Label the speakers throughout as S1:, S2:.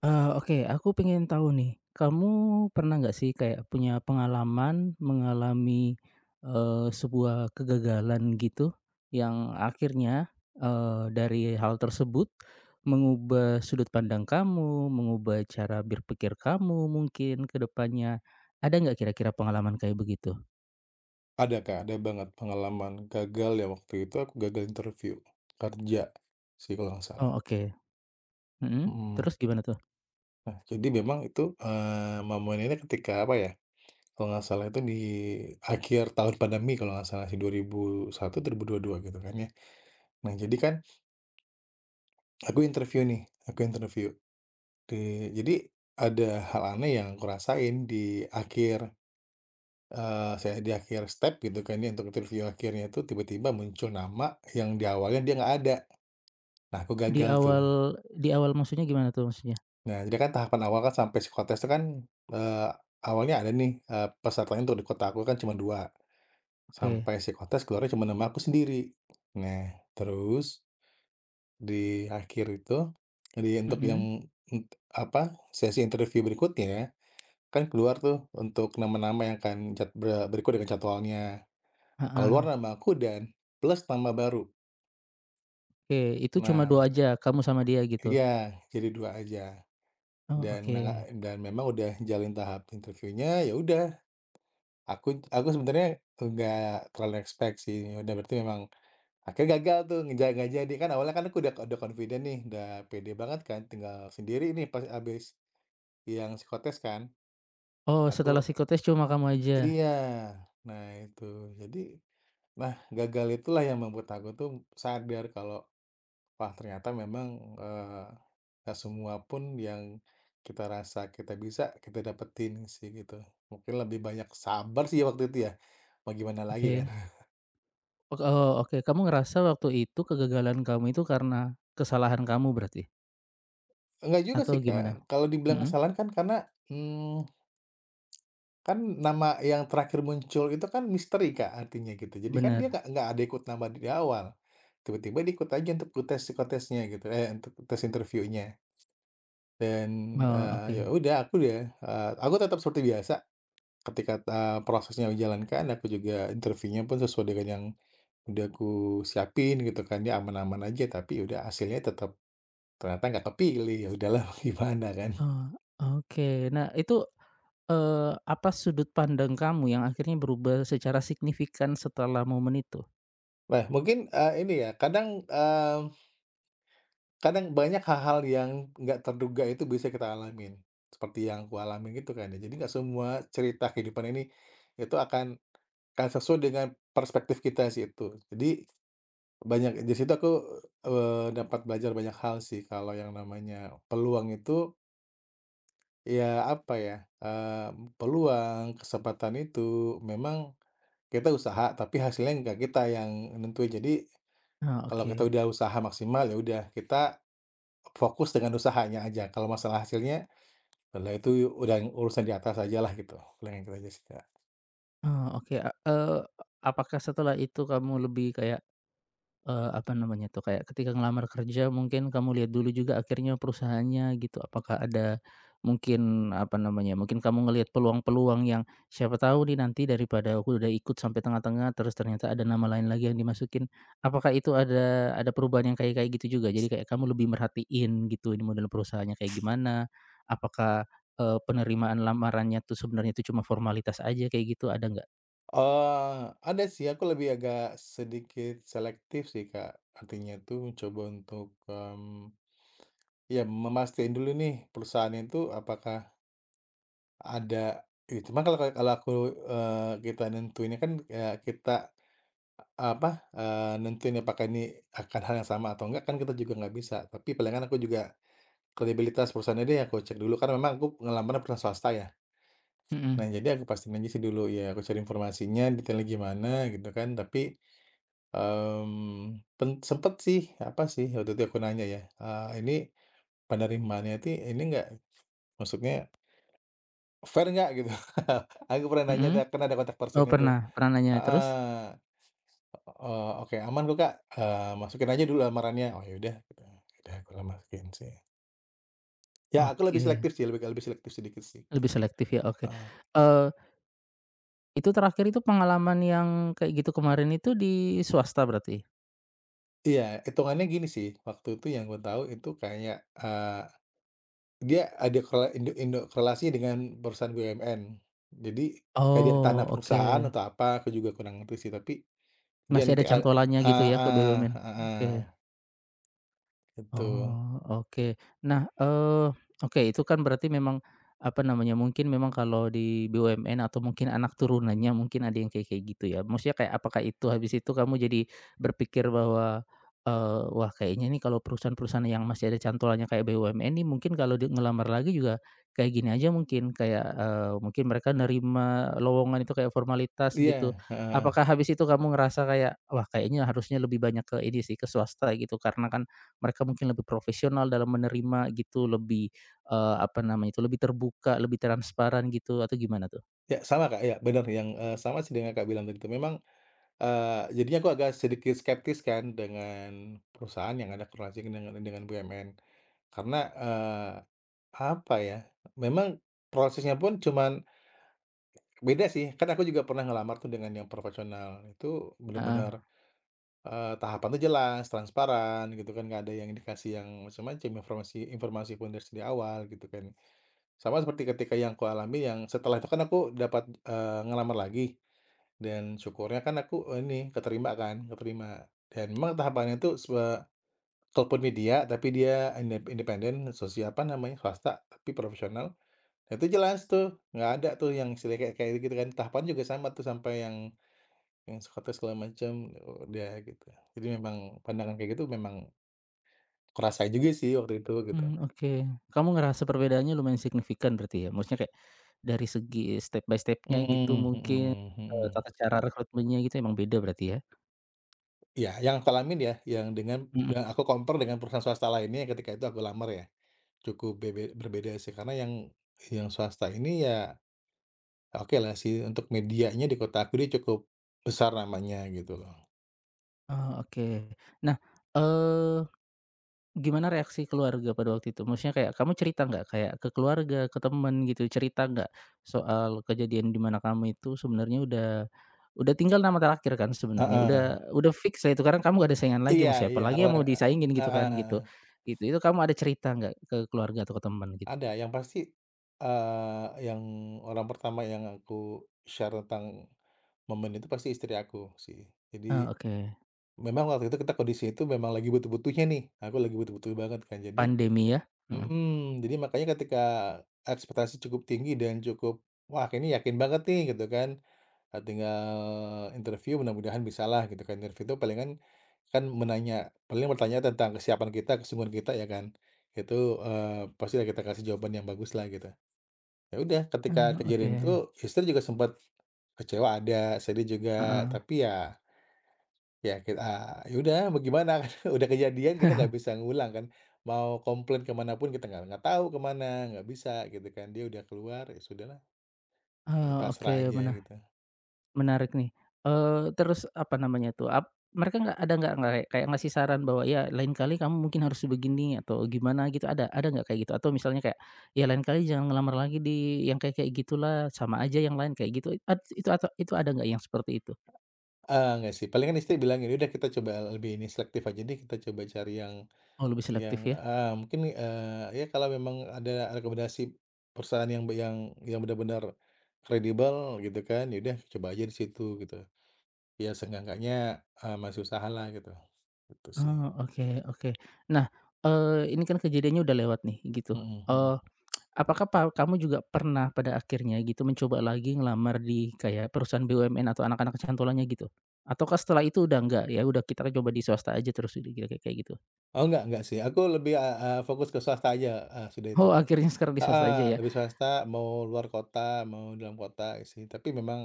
S1: Oke, aku pengen tahu nih, kamu pernah nggak sih kayak punya pengalaman mengalami sebuah kegagalan gitu, yang akhirnya, dari hal tersebut mengubah sudut pandang kamu, mengubah cara berpikir kamu mungkin ke depannya. Ada nggak kira-kira pengalaman kayak begitu?
S2: Ada Kak, ada banget pengalaman gagal ya. Waktu itu aku gagal interview kerja sih kalau nggak salah,
S1: Oh, oke. Mhm,
S2: mhm.
S1: terus gimana tuh?
S2: Nah jadi memang itu, ini ketika apa ya, kalau nggak salah itu di akhir tahun pandemi kalau nggak salah sih 2021, 2022 gitu kan ya. Nah jadi kan aku interview nih, aku interview di jadi ada hal aneh yang aku rasain di akhir, saya di akhir step gitu kan ya untuk interview akhirnya itu tiba-tiba muncul nama yang di awalnya dia nggak ada. Nah aku
S1: Di
S2: gagal tuh.
S1: awal di awal maksudnya gimana tuh maksudnya?
S2: Nah, jadi kan tahapan awal kan sampai psikotes itu kan, eee, awalnya ada nih, pesertanya untuk di kota aku kan cuma 2
S1: Oke,
S2: sampai psikotes keluarnya cuma nama aku sendiri. Nah, terus di akhir itu, jadi untuk yang,
S1: mhm,
S2: ent apa, sesi interview berikutnya, kan keluar tuh untuk nama-nama yang akan cat be berikut dengan jadwalnya. Keluar
S1: heeh.
S2: nama aku dan plus nama baru.
S1: Oke, itu cuma 2
S2: Nah
S1: aja, kamu sama dia gitu?
S2: iya, jadi 2 aja.
S1: Oh,
S2: Dan
S1: oke.
S2: memang udah jalin tahap interviewnya, ya udah. Aku sebenarnya nggak terlalu expect sih, ya udah berarti memang akhirnya gagal tuh, ngeja nggak jadi. Kan awalnya kan aku udah confident nih, udah pede banget kan, tinggal sendiri nih pas abis yang psikotes kan.
S1: Oh,
S2: Aku
S1: setelah psikotes cuma kamu aja?
S2: iya, nah itu. Jadi, nah gagal itulah yang membuat aku tuh sadar kalau, wah ternyata memang, eee, nggak semua pun yang kita rasa kita bisa, kita dapetin sih gitu. Mungkin lebih banyak sabar sih waktu itu ya, mau gimana lagi kan.
S1: Oke. Ok oh, oke. Kamu ngerasa waktu itu kegagalan kamu itu karena kesalahan kamu berarti?
S2: Enggak juga
S1: Atau
S2: sih,
S1: gimana?
S2: Kak. Kalau dibilang
S1: Mhm,
S2: kesalahan kan karena, mmm, kan nama yang terakhir muncul itu kan misteri, Kak, artinya gitu. Jadi kan dia
S1: bener.
S2: nggak ada ikut nama di awal, tiba-tiba dia ikut aja untuk tes psikotesnya gitu, eh, untuk tes interviewnya. Dan,
S1: Oh, oke.
S2: ya udah aku ya, aku tetap seperti biasa ketika, prosesnya dijalankan, aku juga interviewnya pun sesuai dengan yang udah aku siapin gitu kan, dia aman-aman aja, tapi ya udah hasilnya tetap ternyata nggak kepilih, ya udahlah gimana kan.
S1: Oh, oke. Nah, itu, apa sudut pandang kamu yang akhirnya berubah secara signifikan setelah momen itu?
S2: Nah, mungkin, ini ya, kadang, kadang banyak hal-hal yang nggak terduga itu bisa kita alamin, seperti yang aku alamin gitu kan ya. Jadi nggak semua cerita kehidupan ini itu akan sesuai dengan perspektif kita sih itu. Jadi banyak di situ aku, dapat belajar banyak hal sih kalau yang namanya peluang itu, ya apa ya, eee, peluang, kesempatan itu memang kita usaha tapi hasilnya nggak kita yang nentuin. Jadi
S1: Oh,
S2: kalau kita
S1: oke.
S2: udah usaha maksimal, ya udah kita fokus dengan usahanya aja. Kalau masalah hasilnya, lah itu udah urusan di atas aja lah gitu, palingan gitu aja sih, Kak.
S1: Oh, oke, apakah setelah itu kamu lebih kayak apa namanya tuh, kayak ketika ngelamar kerja mungkin kamu lihat dulu juga akhirnya perusahaannya gitu, apakah ada mungkin apa namanya, mungkin kamu ngelihat peluang-peluang yang siapa tahu nih nanti daripada aku udah ikut sampai tengah-tengah terus ternyata ada nama lain lagi yang dimasukin. Apakah itu ada perubahan yang kayak kayak gitu juga? Jadi kayak kamu lebih merhatiin gitu ini model perusahaannya kayak gimana, apakah, penerimaan lamarannya tuh sebenarnya itu cuma formalitas aja kayak gitu, ada nggak?
S2: Eee, ada sih, aku lebih agak sedikit selektif sih, Kak. Artinya tuh mencoba untuk, ya memastikan dulu nih perusahaannya itu apakah ada ya cuma kalau kalau aku, kita nentuinnya kan, ya kita apa, nentuin apakah ini akan hal yang sama atau enggak kan kita juga nggak bisa. Tapi palingan aku juga kredibilitas perusahaannya deh aku cek dulu, karena memang aku ngelamarnya pernah swasta ya. Nah,
S1: Mhm
S2: jadi aku pastiin aja sih dulu, ya aku cari informasinya detailnya gimana gitu kan. Tapi, pen sempet sih, apa sih, waktu itu aku nanya ya, "Ini penerimaannya ti ini enggak maksudnya fair nggak?" Gitu. Aku pernah nanya
S1: mhm.
S2: tuh, kan ada kontak person
S1: Oh
S2: itu.
S1: pernah pernah nanya terus?
S2: Heeh, "Oke aman kok Kak, masukin aja dulu lamarannya." "Oh ya udah," gitu. Udah aku lah masukin sih. Ya aku lebih
S1: Oke.
S2: selektif sih, lebih lebih selektif sedikit sih gitu,
S1: Lebih selektif ya, oke.
S2: ah.
S1: Eee, itu terakhir itu pengalaman yang kayak gitu kemarin itu di swasta berarti?
S2: Iya, hitungannya gini sih, waktu itu yang gue tahu itu kayak, dia ada korela indo indo korelasi dengan perusahaan BUMN. Jadi kayak dia tanah
S1: Oh, oke.
S2: perusahaan atau apa, aku juga kurang ngerti sih, tapi dia
S1: Masih
S2: nanti
S1: ada
S2: a
S1: cantolannya gitu ya ke
S2: heeh
S1: BUMN?
S2: heeh,
S1: Oke.
S2: gitu.
S1: Oh, oke. Nah, oke itu kan berarti memang, apa namanya, mungkin memang kalau di BUMN atau mungkin anak turunannya mungkin ada yang kayak kayak gitu ya? Maksudnya kayak apakah itu habis itu kamu jadi berpikir bahwa, wah kayaknya nih kalau perusahaan-perusahaan yang masih ada cantolannya kayak BUMN ini mungkin kalau di ngelamar lagi juga kayak gini aja mungkin, kayak, mungkin mereka nerima lowongan itu kayak formalitas gitu.
S2: Iya, heeh.
S1: Apakah habis itu kamu ngerasa kayak, wah kayaknya harusnya lebih banyak ke ini sih, ke swasta gitu karena kan mereka mungkin lebih profesional dalam menerima gitu, lebih, apa namanya itu, lebih terbuka, lebih transparan gitu atau gimana tuh?
S2: Ya sama, Kak, ya benar yang, sama sih dengan Kakak bilang tadi itu. Memang, jadinya aku agak sedikit skeptis kan dengan perusahaan yang ada korelasi dengan BUMN. Karena, eh, apa ya, memang prosesnya pun cuman beda sih, kan aku juga pernah ngelamar tuh dengan yang profesional, itu
S1: Heeh.
S2: bener-bener, eh, tahapan tuh jelas, transparan gitu kan, nggak ada yang dikasih yang macam-macam, informasi informasi pun dari sejak awal gitu kan. Sama seperti ketika yang aku alami yang setelah itu kan aku dapat, ngelamar lagi dan syukurnya kan aku eh, ini keterima kan, keterima dan memang tahapannya tuh sebe kalaupun media tapi dia indep independen, sosial apa namanya, swasta tapi profesional. Nah, itu jelas tuh, nggak ada tuh yang istilahnya kayak kayak gitu kan, tahapan juga sama tuh sampai yang psikotes segala macam, udah gitu. Jadi memang pandangan kayak gitu memang kurasain juga sih waktu itu gitu.
S1: Mmm, oke. Kamu ngerasa perbedaannya lumayan signifikan berarti ya? Maksudnya kayak dari segi step by stepnya gitu
S2: Mhm
S1: mungkin,
S2: mhm
S1: eee,
S2: mhm.
S1: tata cara rekrutmennya gitu emang beda berarti ya?
S2: Iya, yang aku alamin ya, yang dengan yang
S1: Mhm.
S2: aku compare dengan perusahaan swasta lainnya yang ketika itu aku lamar ya, cukup bebe berbeda sih karena yang swasta ini ya oke lah sih untuk medianya di kota aku dia cukup besar namanya gitu loh.
S1: Oh, oke. Nah, eee Gimana reaksi keluarga pada waktu itu? Maksudnya kayak kamu cerita nggak kayak ke keluarga, ke temen gitu, cerita nggak soal kejadian di mana kamu itu sebenarnya udah tinggal nama terakhir kan sebenarnya, udah
S2: Heeh.
S1: udah fix lah itu karena kamu gak ada saingan lagi
S2: Iya
S1: mau siapa
S2: iya
S1: lagi yang
S2: awal
S1: mau
S2: eh,
S1: disaingin gitu kan
S2: heeh.
S1: gitu. Gitu, itu kamu ada cerita nggak ke keluarga atau ke teman gitu?
S2: Ada, yang pasti, yang orang pertama yang aku share tentang momen itu pasti istri aku sih.
S1: Ah,
S2: Jadi,
S1: oke,
S2: memang waktu itu kita kondisi itu memang lagi butuh-butuhnya nih, aku lagi butuh-butuh banget kan. Jadi
S1: pandemi ya? Mhm.
S2: mhm, jadi makanya ketika ekspektasi cukup tinggi dan cukup, "Wah, ini yakin banget nih," gitu kan, "tinggal interview mudah-mudahan bisa lah gitu kan. Interview itu palingan kan menanya paling bertanya tentang kesiapan kita, kesungguhan kita ya kan. Itu, eh, pasti lah kita kasih jawaban yang bagus lah gitu. Ya udah, ketika
S1: Oh, oke.
S2: kejadian itu istri juga sempet kecewa ada, sedih juga,
S1: Heeh.
S2: tapi ya ya kita ah, ya udah mau gimana kan udah kejadian kita nggak bisa ngulang kan. Mau komplain kemanapun kita nggak tahu kemana, nggak bisa gitu kan. Dia udah keluar, ya sudahlah, ya
S1: Oh,
S2: pasrah
S1: oke,
S2: aja
S1: menarik.
S2: gitu.
S1: Menarik nih, terus apa namanya tuh, mereka nggak ada nggak kayak ngasih saran bahwa, "Ya lain kali kamu mungkin harus begini," atau gimana gitu, ada nggak kayak gitu? Atau misalnya kayak, "Ya lain kali jangan ngelamar lagi di yang kayak kayak gitulah, sama aja yang lain," kayak gitu, at itu atau itu ada nggak yang seperti itu?
S2: Ah nggak sih, palingan istri bilang, ini udah kita coba lebih ini selektif aja deh, kita coba cari yang"
S1: Oh, lebih
S2: yang
S1: selektif ya?
S2: heeh, mungkin, ya kalau memang ada rekomendasi perusahaan yang yang benar-benar kredibel gitu kan, ya udah coba aja di situ gitu. Ya seenggak-enggaknya, masih usahalah gitu, itu sih.
S1: Oh, oke, oke. Nah, ini kan kejadiannya udah lewat nih gitu,
S2: Mhm mhm.
S1: eee Apakah kamu juga pernah pada akhirnya gitu mencoba lagi ngelamar di kayak perusahaan BUMN atau anak-anak cantolannya gitu? Ataukah setelah itu udah enggak, ya udah kita coba di swasta aja terus gitu kira kayak gitu?
S2: Oh enggak sih, aku lebih, eee eee, fokus ke swasta aja, sudah itu
S1: Oh,
S2: Kak.
S1: akhirnya sekarang di swasta
S2: Ah
S1: aja ya?
S2: lebih swasta, mau luar kota, mau dalam kota gitu sih, tapi memang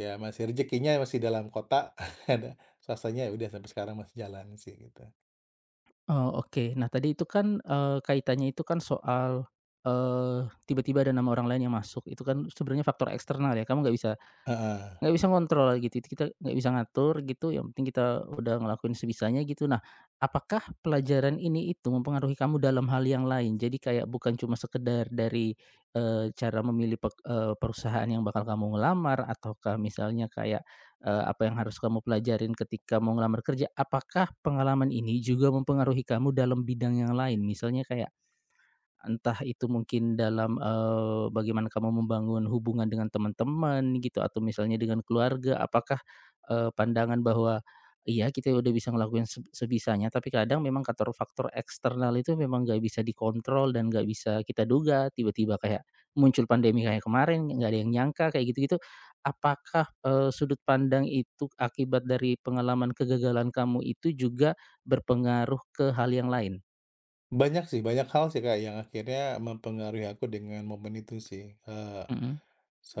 S2: ya masih rezekinya masih dalam kota, ada swastanya ya udah sampai sekarang masih jalan sih gitu.
S1: Oh, oke. Nah tadi itu kan, kaitannya itu kan soal, tiba-tiba ada nama orang lain yang masuk itu kan sebenarnya faktor eksternal ya, kamu nggak bisa
S2: Heeh.
S1: Nggak bisa ngontrol gitu, kita nggak bisa ngatur gitu, yang penting kita udah ngelakuin sebisanya gitu. Nah, apakah pelajaran ini itu mempengaruhi kamu dalam hal yang lain? Jadi kayak bukan cuma sekedar dari, cara memilih perusahaan yang bakal kamu ngelamar ataukah misalnya kayak, apa yang harus kamu pelajarin ketika mau ngelamar kerja, apakah pengalaman ini juga mempengaruhi kamu dalam bidang yang lain? Misalnya kayak entah itu mungkin dalam, bagaimana kamu membangun hubungan dengan teman-teman gitu atau misalnya dengan keluarga. Apakah, pandangan bahwa, iya kita udah bisa ngelakuin sebisanya, tapi kadang memang faktor faktor eksternal itu memang nggak bisa dikontrol dan nggak bisa kita duga. Tiba-tiba kayak muncul pandemi kayak kemarin, nggak ada yang nyangka kayak gitu-gitu. Apakah, sudut pandang itu akibat dari pengalaman kegagalan kamu itu juga berpengaruh ke hal yang lain?
S2: Banyak sih, banyak hal sih, Kak, yang akhirnya mempengaruhi aku dengan momen itu sih,
S1: Mhm,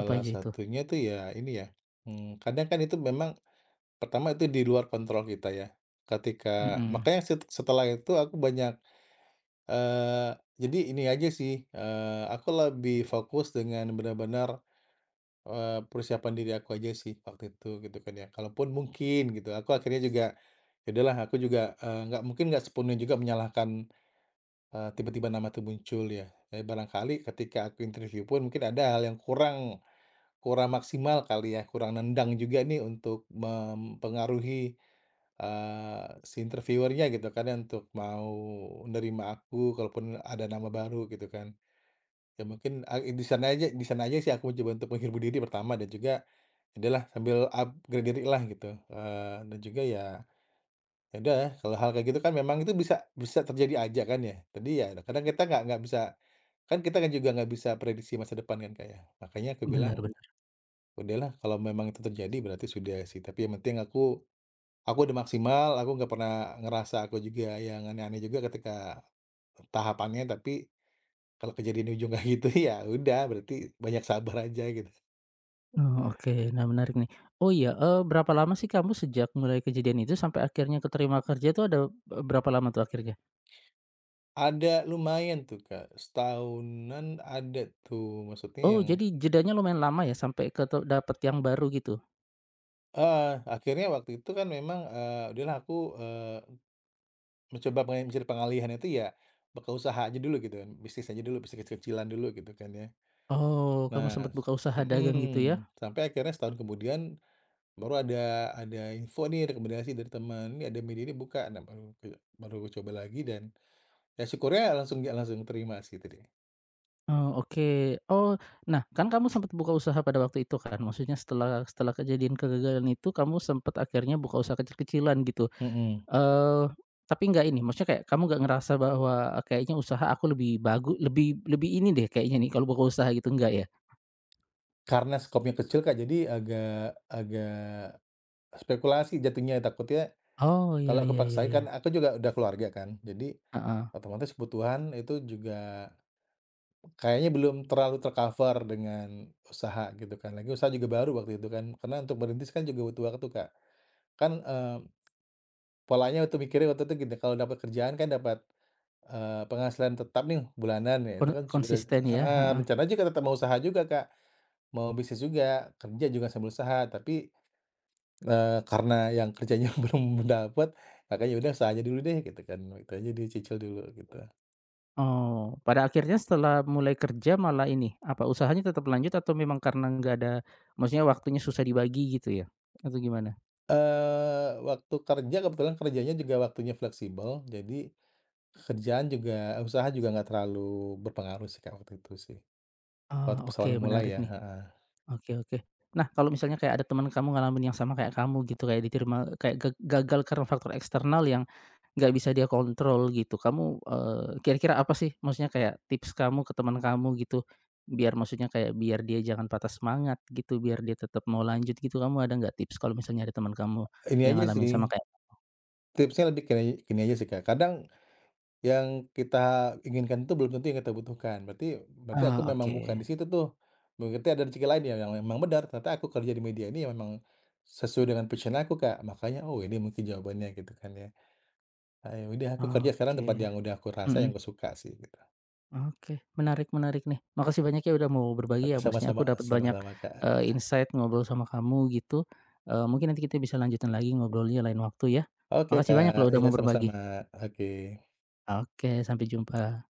S1: apa aja itu?
S2: satunya tuh ya ini ya, kadang kan itu memang pertama itu di luar kontrol kita ya, ketika
S1: Mhm.
S2: makanya set setelah itu aku banyak, eee, jadi ini aja sih, aku lebih fokus dengan benar-benar, persiapan diri aku aja sih waktu itu gitu kan ya, kalaupun mungkin gitu aku akhirnya juga, ya udahlah aku juga, nggak mungkin nggak sepenuhnya juga menyalahkan. Tiba-tiba nama itu muncul ya, barangkali ketika aku interview pun mungkin ada hal yang kurang kurang maksimal kali ya, kurang nendang juga nih untuk mempengaruhi, si interviewernya gitu kan ya, untuk mau menerima aku kalaupun ada nama baru gitu kan. Ya mungkin, di sana aja sih aku mencoba untuk menghibur diri pertama dan juga, adalah sambil upgrade diri lah gitu, dan juga ya ya udah ya, kalau hal kayak gitu kan memang itu bisa bisa terjadi aja kan ya. Tadi ya kadang kita nggak bisa kan kita kan juga nggak bisa prediksi masa depan kan Kak, ya. Makanya aku
S1: Benar
S2: bilang,
S1: benar.
S2: "Udahlah kalau memang itu terjadi berarti sudah sih, tapi yang penting aku udah maksimal, aku nggak pernah ngerasa aku juga yang aneh-aneh juga ketika tahapannya, tapi kalau kejadian di ujung kayak gitu ya udah berarti banyak sabar aja," gitu.
S1: Oh, oke. Nah, menarik nih. Oh iya, berapa lama sih kamu sejak mulai kejadian itu sampai akhirnya keterima kerja itu ada, berapa lama tuh akhirnya?
S2: Ada lumayan tuh Kak, setahunan ada tuh maksudnya
S1: Oh,
S2: yang
S1: jadi jedanya lumayan lama ya sampai dapat yang baru gitu?
S2: Akhirnya waktu itu kan memang, udahlah aku, mencoba pengen mencari pengalihan itu ya, buka usaha aja dulu gitu kan, bisnis aja dulu, bisnis kecil-kecilan dulu gitu kan ya.
S1: Oh, kamu
S2: Nah
S1: sempat buka usaha dagang gitu ya?
S2: mhm, sampai akhirnya setahun kemudian baru ada info nih rekomendasi dari teman, ini ada media ini buka," nah baru baru aku coba lagi dan ya syukurnya langsung ya langsung terima sih tadi.
S1: Oh, oke. Oh, nah, kan kamu sempat buka usaha pada waktu itu kan? Maksudnya setelah setelah kejadian kegagalan itu kamu sempat akhirnya buka usaha kecil-kecilan gitu?
S2: Mhm,
S1: Eee, tapi nggak ini, maksudnya kayak kamu nggak ngerasa bahwa, kayaknya usaha aku lebih bagu lebih lebih ini deh kayaknya nih kalau buka usaha gitu, enggak ya?
S2: karena skopnya kecil Kak, jadi agak agak spekulasi jatuhnya, takutnya
S1: Oh, iya,
S2: kalau
S1: iya, iya,
S2: kepaksain
S1: iya.
S2: kan aku juga udah keluarga kan, jadi
S1: Heeh,
S2: otomatis kebutuhan itu juga kayaknya belum terlalu tercover dengan usaha gitu kan. Lagi usaha juga baru waktu itu kan, karena untuk merintis kan juga butuh waktu, Kak. Kan, polanya waktu mikirnya waktu itu gini, kalau dapat kerjaan kan dapat, penghasilan tetap nih bulanan ya, itu kan sudah
S1: konsisten ya,
S2: heeh,
S1: heeh.
S2: rencananya juga tetap mau usaha juga, Kak, mau bisnis juga, kerja juga sambil usaha, tapi karena yang kerjanya belum dapat, makanya ya udah usahanya dulu deh gitu kan, itu aja dicicil dulu gitu.
S1: Oh, pada akhirnya setelah mulai kerja malah ini, apa usahanya tetap lanjut atau memang karena nggak ada maksudnya waktunya susah dibagi gitu ya? Atau gimana?
S2: Waktu kerja kebetulan kerjanya juga waktunya fleksibel, jadi kerjaan juga eee, usaha juga nggak terlalu berpengaruh sih, Kak, waktu itu sih. Waktu
S1: Oh,
S2: pas
S1: oke,
S2: awal mulai
S1: menarik
S2: ya,
S1: nih.
S2: heeh.
S1: Oke, oke. Nah, kalau misalnya kayak ada teman kamu ngalamin yang sama kayak kamu gitu, kayak diterima kayak gagal karena faktor eksternal yang nggak bisa dia kontrol gitu, kamu, kira-kira apa sih maksudnya kayak tips kamu ke teman kamu gitu, biar maksudnya kayak biar dia jangan patah semangat gitu, biar dia tetap mau lanjut gitu, kamu ada nggak tips kalau misalnya ada teman kamu
S2: Ini
S1: yang
S2: aja
S1: ngalamin
S2: sih,
S1: sama kayak.
S2: tipsnya lebih ke gini aja sih, Kak, kadang yang kita inginkan itu belum tentu yang kita butuhkan. Berarti berarti aku
S1: Ah,
S2: memang
S1: oke,
S2: bukan di situ tuh. Berarti ada rezeki lain ya yang memang benar, ternyata aku kerja di media ini yang memang sesuai dengan passion aku, Kak. Makanya, oh ini mungkin jawabannya gitu kan ya. Ayo ya udah aku kerja sekarang
S1: oke,
S2: tempat yang udah aku rasa, yang
S1: mhm,
S2: aku suka sih gitu.
S1: oke, menarik menarik nih. Makasih banyak ya udah mau berbagi
S2: Oke
S1: ya, maksudnya aku dapat banyak,
S2: sama-sama, Kak.
S1: eee, insight ngobrol sama kamu gitu, mungkin nanti kita bisa lanjutin lagi ngobrolnya lain waktu ya.
S2: Oke,
S1: Makasih banyak
S2: Kak.
S1: loh udah
S2: Iya
S1: mau
S2: sama-sama.
S1: berbagi.
S2: Oke.
S1: Oke, sampai jumpa.